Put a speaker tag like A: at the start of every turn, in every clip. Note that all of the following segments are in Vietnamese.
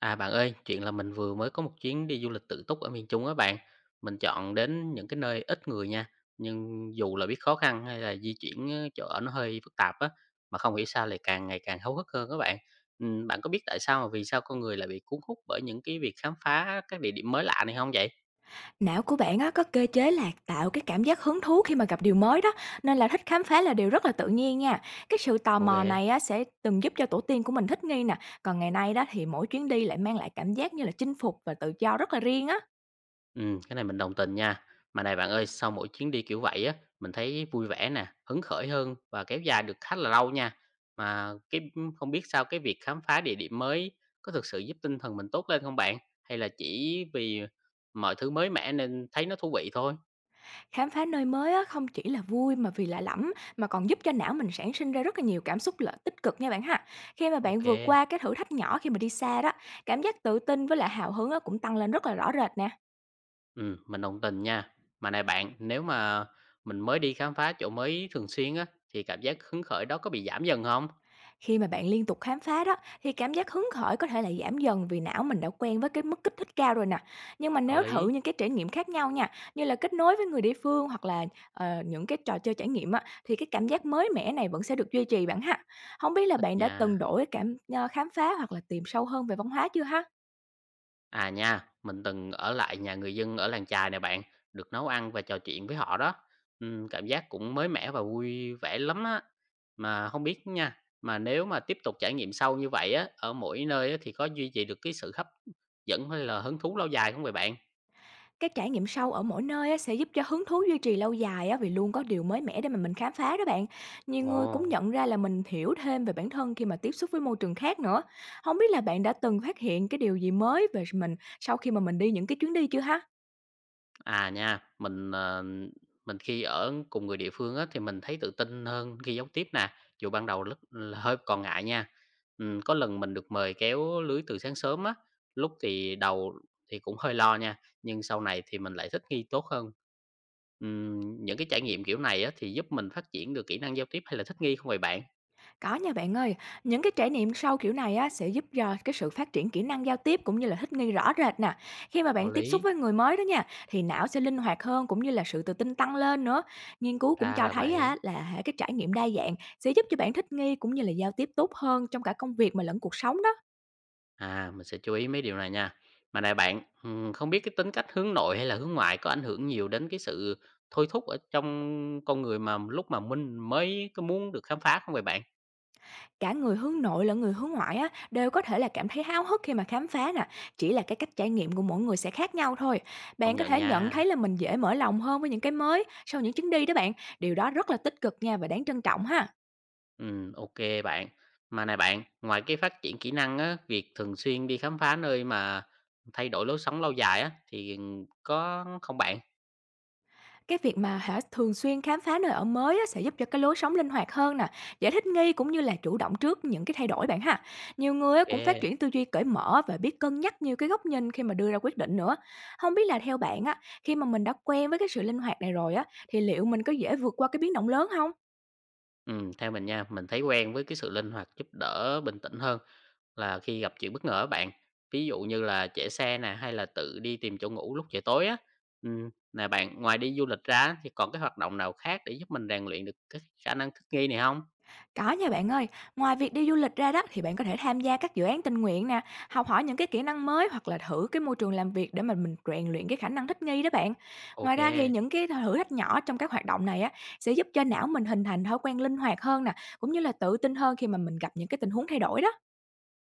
A: À bạn ơi, chuyện là mình vừa mới có một chuyến đi du lịch tự túc ở miền Trung á bạn. Mình chọn đến những cái nơi ít người nha. Nhưng dù là biết khó khăn hay là di chuyển chỗ ở nó hơi phức tạp á, mà không hiểu sao lại càng ngày càng háo hức hơn các bạn. Ừ, bạn có biết tại sao mà vì sao con người lại bị cuốn hút bởi những cái việc khám phá các địa điểm mới lạ này không vậy?
B: Não của bạn á, có cơ chế là tạo cái cảm giác hứng thú khi mà gặp điều mới đó, nên là thích khám phá là điều rất là tự nhiên nha. Cái sự tò mò
A: Ok.
B: này á, sẽ từng giúp cho tổ tiên của mình thích nghi nè, còn ngày nay đó thì mỗi chuyến đi lại mang lại cảm giác như là chinh phục và tự do rất là riêng á.
A: Cái này mình đồng tình nha. Mà này bạn ơi, sau mỗi chuyến đi kiểu vậy á, mình thấy vui vẻ nè, hứng khởi hơn và kéo dài được khá là lâu nha. Mà cái không biết sao cái việc khám phá địa điểm mới có thực sự giúp tinh thần mình tốt lên không bạn? Hay là chỉ vì mọi thứ mới mẻ nên thấy nó thú vị thôi?
B: Khám phá nơi mới á, không chỉ là vui mà vì lạ lẫm, mà còn giúp cho não mình sản sinh ra rất là nhiều cảm xúc lợi tích cực nha bạn ha. Khi mà bạn
A: Ok,
B: vượt qua cái thử thách nhỏ khi mà đi xa đó, cảm giác tự tin với lại hào hứng á, cũng tăng lên rất là rõ rệt nè.
A: mình đồng tình nha. Mà này bạn, nếu mà mình mới đi khám phá chỗ mới thường xuyên á, thì cảm giác hứng khởi đó có bị giảm dần không?
B: Khi mà bạn liên tục khám phá đó thì cảm giác hứng khởi có thể là giảm dần vì não mình đã quen với cái mức kích thích cao rồi nè. Nhưng mà
A: Có
B: nếu thử
A: lý,
B: những cái trải nghiệm khác nhau nha, như là kết nối với người địa phương hoặc là những cái trò chơi trải nghiệm á thì cái cảm giác mới mẻ này vẫn sẽ được duy trì bạn ha. Không biết là
A: thích
B: bạn đã
A: nha.
B: từng đổi cảm khám phá hoặc là tìm sâu hơn về văn hóa chưa ha?
A: À nha, mình từng ở lại nhà người dân ở làng chài nè bạn, được nấu ăn và trò chuyện với họ đó. Cảm giác cũng mới mẻ và vui vẻ lắm á. Mà không biết nha, mà nếu mà tiếp tục trải nghiệm sâu như vậy á, ở mỗi nơi á, thì có duy trì được cái sự hấp dẫn hay là hứng thú lâu dài không vậy bạn?
B: Cái trải nghiệm sâu ở mỗi nơi á, sẽ giúp cho hứng thú duy trì lâu dài á, vì luôn có điều mới mẻ để mà mình khám phá đó bạn. Nhiều người cũng
A: Ồ,
B: nhận ra là mình hiểu thêm về bản thân khi mà tiếp xúc với môi trường khác nữa. Không biết là bạn đã từng phát hiện cái điều gì mới về mình sau khi mà mình đi những cái chuyến đi chưa ha?
A: à nha, mình khi ở cùng người địa phương á, thì mình thấy tự tin hơn khi giao tiếp nè, dù ban đầu lúc là hơi còn ngại nha. Có lần mình được mời kéo lưới từ sáng sớm á, lúc thì đầu thì cũng hơi lo nha, nhưng sau này thì mình lại thích nghi tốt hơn. Những cái trải nghiệm kiểu này á, thì giúp mình phát triển được kỹ năng giao tiếp hay là thích nghi không vậy bạn?
B: Có nha bạn ơi, những cái trải nghiệm sâu kiểu này á, sẽ giúp cho cái sự phát triển kỹ năng giao tiếp cũng như là thích nghi rõ rệt nè. Khi mà
A: Có
B: bạn tiếp xúc
A: lý,
B: với người mới đó nha, thì não sẽ linh hoạt hơn cũng như là sự tự tin tăng lên nữa. Nghiên cứu cũng
A: ra
B: cho
A: là
B: thấy á,
A: vậy.
B: là hả, cái trải nghiệm đa dạng sẽ giúp cho bạn thích nghi cũng như là giao tiếp tốt hơn trong cả công việc mà lẫn cuộc sống đó.
A: À, mình sẽ chú ý mấy điều này nha. Mà này bạn, không biết cái tính cách hướng nội hay là hướng ngoại có ảnh hưởng nhiều đến cái sự thôi thúc ở trong con người mà lúc mà mình mới có muốn được khám phá không vậy bạn?
B: Cả người hướng nội lẫn người hướng ngoại á, đều có thể là cảm thấy háo hức khi mà khám phá nè, chỉ là cái cách trải nghiệm của mỗi người sẽ khác nhau thôi.
A: Công
B: Bạn có
A: nhận
B: thể nhận
A: nha.
B: thấy là mình dễ mở lòng hơn với những cái mới sau những chuyến đi đó bạn, điều đó rất là tích cực nha và đáng trân trọng ha.
A: Ok bạn. Mà này bạn, ngoài cái phát triển kỹ năng á, việc thường xuyên đi khám phá nơi mà thay đổi lối sống lâu dài á thì có không bạn?
B: Cái việc mà hả, thường xuyên khám phá nơi ở mới á, sẽ giúp cho cái lối sống linh hoạt hơn nè, dễ thích nghi cũng như là chủ động trước những cái thay đổi bạn ha. Nhiều người á,
A: Ok.
B: cũng phát triển tư duy cởi mở và biết cân nhắc nhiều cái góc nhìn khi mà đưa ra quyết định nữa. Không biết là theo bạn á, khi mà mình đã quen với cái sự linh hoạt này rồi á, thì liệu mình có dễ vượt qua cái biến động lớn không?
A: Theo mình nha, mình thấy quen với cái sự linh hoạt, giúp đỡ, bình tĩnh hơn là khi gặp chuyện bất ngờ á bạn. Ví dụ như là chạy xe nè, hay là tự đi tìm chỗ ngủ lúc trời tối á. Nè bạn, ngoài đi du lịch ra thì còn cái hoạt động nào khác để giúp mình rèn luyện được cái khả năng thích nghi này không?
B: Có nha bạn ơi, ngoài việc đi du lịch ra đó thì bạn có thể tham gia các dự án tình nguyện nè, học hỏi những cái kỹ năng mới hoặc là thử cái môi trường làm việc để mà mình rèn luyện cái khả năng thích nghi đó bạn. Ngoài ra thì
A: Ok,
B: những cái thử thách nhỏ trong các hoạt động này á sẽ giúp cho não mình hình thành thói quen linh hoạt hơn nè, cũng như là tự tin hơn khi mà mình gặp những cái tình huống thay đổi đó.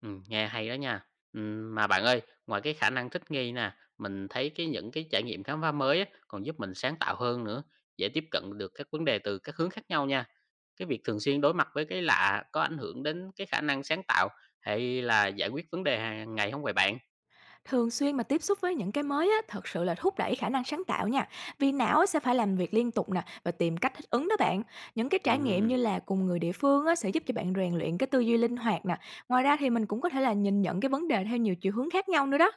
A: nghe hay đó nha. Mà bạn ơi, ngoài cái khả năng thích nghi nè, mình thấy những cái trải nghiệm khám phá mới á, còn giúp mình sáng tạo hơn nữa, dễ tiếp cận được các vấn đề từ các hướng khác nhau nha. Cái việc thường xuyên đối mặt với cái lạ có ảnh hưởng đến cái khả năng sáng tạo hay là giải quyết vấn đề hàng ngày không vậy bạn?
B: Thường xuyên mà tiếp xúc với những cái mới á, thật sự là thúc đẩy khả năng sáng tạo nha. Vì não á, sẽ phải làm việc liên tục nè và tìm cách thích ứng đó bạn. Những cái trải nghiệm
A: Ừm,
B: như là cùng người địa phương á, sẽ giúp cho bạn rèn luyện cái tư duy linh hoạt nè. Ngoài ra thì mình cũng có thể là nhìn nhận cái vấn đề theo nhiều chiều hướng khác nhau nữa đó.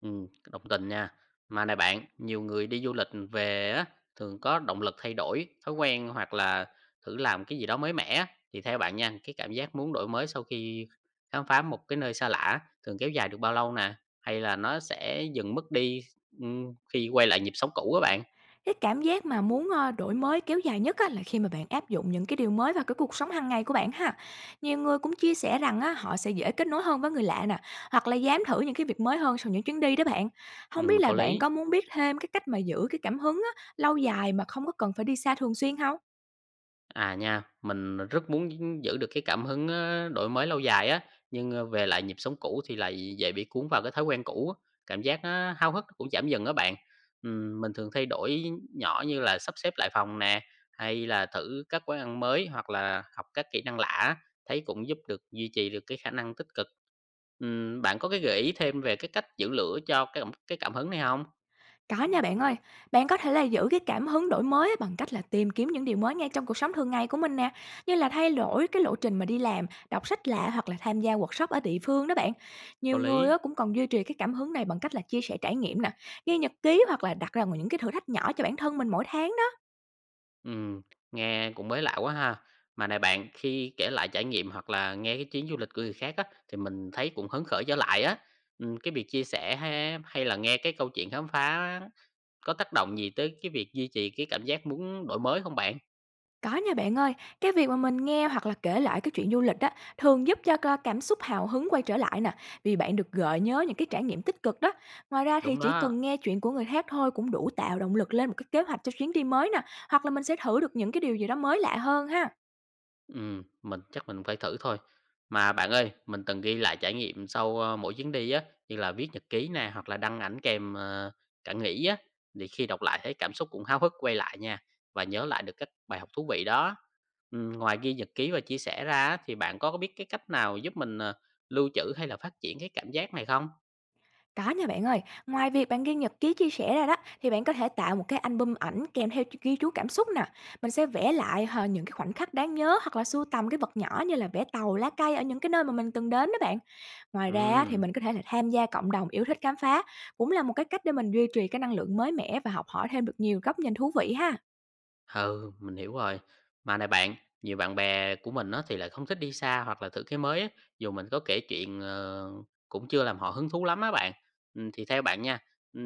A: ừm, đồng tình nha. Mà này bạn, nhiều người đi du lịch về á, thường có động lực thay đổi thói quen hoặc là thử làm cái gì đó mới mẻ á, thì theo bạn nha, cái cảm giác muốn đổi mới sau khi khám phá một cái nơi xa lạ thường kéo dài được bao lâu nè? Hay là nó sẽ dần mất đi, khi quay lại nhịp sống cũ á bạn?
B: Cái cảm giác mà muốn, đổi mới kéo dài nhất á là khi mà bạn áp dụng những cái điều mới vào cái cuộc sống hàng ngày của bạn ha. Nhiều người cũng chia sẻ rằng á, họ sẽ dễ kết nối hơn với người lạ nè, hoặc là dám thử những cái việc mới hơn sau những chuyến đi đó bạn. Không biết
A: Có
B: là bạn
A: lý.
B: có muốn biết thêm cái cách mà giữ cái cảm hứng á, lâu dài mà không có cần phải đi xa thường xuyên không?
A: À nha, mình rất muốn giữ được cái cảm hứng, đổi mới lâu dài á, nhưng về lại nhịp sống cũ thì lại dễ bị cuốn vào cái thói quen cũ á, cảm giác nó háo hức cũng giảm dần đó bạn. Mình thường thay đổi nhỏ như là sắp xếp lại phòng nè, hay là thử các quán ăn mới hoặc là học các kỹ năng lạ á, thấy cũng giúp được duy trì được cái khả năng tích cực. Bạn có cái gợi ý thêm về cái cách giữ lửa cho cái cảm hứng này không,
B: Có nha bạn ơi, bạn có thể là giữ cái cảm hứng đổi mới bằng cách là tìm kiếm những điều mới ngay trong cuộc sống thường ngày của mình nè, như là thay đổi cái lộ trình mà đi làm, đọc sách lạ hoặc là tham gia workshop ở địa phương đó bạn.
A: có
B: Nhiều người
A: lý.
B: á cũng còn duy trì cái cảm hứng này bằng cách là chia sẻ trải nghiệm nè, ghi nhật ký hoặc là đặt ra những cái thử thách nhỏ cho bản thân mình mỗi tháng.
A: Ừm, nghe cũng mới lạ quá ha. Mà này bạn, khi kể lại trải nghiệm hoặc là nghe cái chuyến du lịch của người khác á, thì mình thấy cũng hứng khởi trở lại á. Cái việc chia sẻ ha, hay là nghe cái câu chuyện khám phá á, có tác động gì tới cái việc duy trì cái cảm giác muốn đổi mới không bạn?
B: Có nha bạn ơi, cái việc mà mình nghe hoặc là kể lại cái chuyện du lịch đó thường giúp cho cảm xúc hào hứng quay trở lại nè, vì bạn được gợi nhớ những cái trải nghiệm tích cực đó. Ngoài ra thì
A: Đúng
B: chỉ
A: đó.
B: cần nghe chuyện của người khác thôi cũng đủ tạo động lực lên một cái kế hoạch cho chuyến đi mới nè, hoặc là mình sẽ thử được những cái điều gì đó mới lạ hơn ha.
A: Mình chắc mình phải thử thôi. Mà bạn ơi, mình từng ghi lại trải nghiệm sau mỗi chuyến đi á, như là viết nhật ký nè, hoặc là đăng ảnh kèm, cảm nghĩ á, thì khi đọc lại thấy cảm xúc cũng háo hức quay lại nha, và nhớ lại được các bài học thú vị đó. Ngoài ghi nhật ký và chia sẻ ra á, thì bạn có biết cái cách nào giúp mình lưu trữ hay là phát triển cái cảm giác này không?
B: Có nha bạn ơi, ngoài việc bạn ghi nhật ký chia sẻ ra đó, thì bạn có thể tạo một cái album ảnh kèm theo ghi chú cảm xúc nè. Mình sẽ vẽ lại những cái khoảnh khắc đáng nhớ hoặc là sưu tầm cái vật nhỏ như là vẽ tàu, lá cây ở những cái nơi mà mình từng đến đó bạn. Ngoài ra á, thì
A: Ừm.
B: mình có thể là tham gia cộng đồng yêu thích khám phá, cũng là một cái cách để mình duy trì cái năng lượng mới mẻ và học hỏi thêm được nhiều góc nhìn thú vị ha.
A: Ừ, mình hiểu rồi. Mà này bạn, nhiều bạn bè của mình nó thì lại không thích đi xa hoặc là thử cái mới á, dù mình có kể chuyện cũng chưa làm họ hứng thú lắm á bạn. Ừ, thì theo bạn nha, ừ,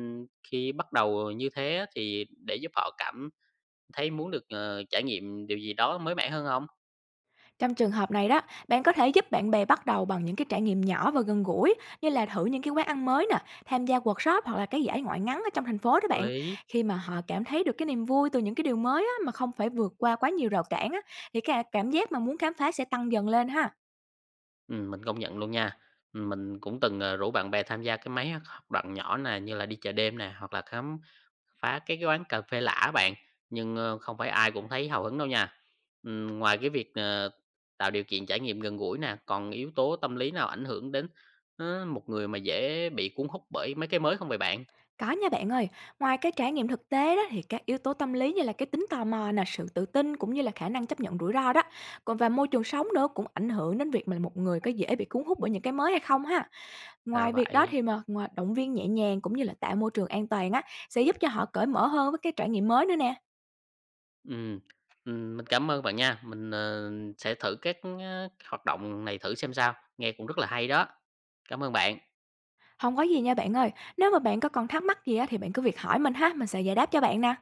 A: khi bắt đầu như thế á, thì để giúp họ cảm thấy muốn được trải nghiệm điều gì đó mới mẻ hơn không?
B: Trong trường hợp này đó, bạn có thể giúp bạn bè bắt đầu bằng những cái trải nghiệm nhỏ và gần gũi như là thử những cái quán ăn mới nè, tham gia workshop hoặc là cái giải ngoại ngắn ở trong thành phố đó
A: Có
B: bạn.
A: lý.
B: Khi mà họ cảm thấy được cái niềm vui từ những cái điều mới á, mà không phải vượt qua quá nhiều rào cản á, thì cái cảm giác mà muốn khám phá sẽ tăng dần lên ha.
A: Ừ, mình công nhận luôn nha. Ừ, mình cũng từng rủ bạn bè tham gia cái mấy hoạt động nhỏ nè như là đi chợ đêm nè hoặc là khám phá cái quán cà phê lã bạn, nhưng không phải ai cũng thấy hào hứng đâu nha. Ngoài cái việc tạo điều kiện trải nghiệm gần gũi nè, còn yếu tố tâm lý nào ảnh hưởng đến một người mà dễ bị cuốn hút bởi mấy cái mới không vậy bạn?
B: Có nha bạn ơi, ngoài cái trải nghiệm thực tế đó thì các yếu tố tâm lý như là cái tính tò mò nè, sự tự tin cũng như là khả năng chấp nhận rủi ro đó. Còn và môi trường sống nữa cũng ảnh hưởng đến việc mà một người có dễ bị cuốn hút bởi những cái mới hay không ha.
A: Là
B: Ngoài việc đó
A: vậy.
B: thì mà ngoài động viên nhẹ nhàng cũng như là tạo môi trường an toàn á sẽ giúp cho họ cởi mở hơn với cái trải nghiệm mới nữa nè.
A: Ừm, mình cảm ơn bạn nha. Mình sẽ thử các hoạt động này thử xem sao, nghe cũng rất là hay đó. Cảm ơn bạn.
B: Không có gì nha bạn ơi, nếu mà bạn có còn thắc mắc gì á thì bạn cứ việc hỏi mình ha, mình sẽ giải đáp cho bạn nè.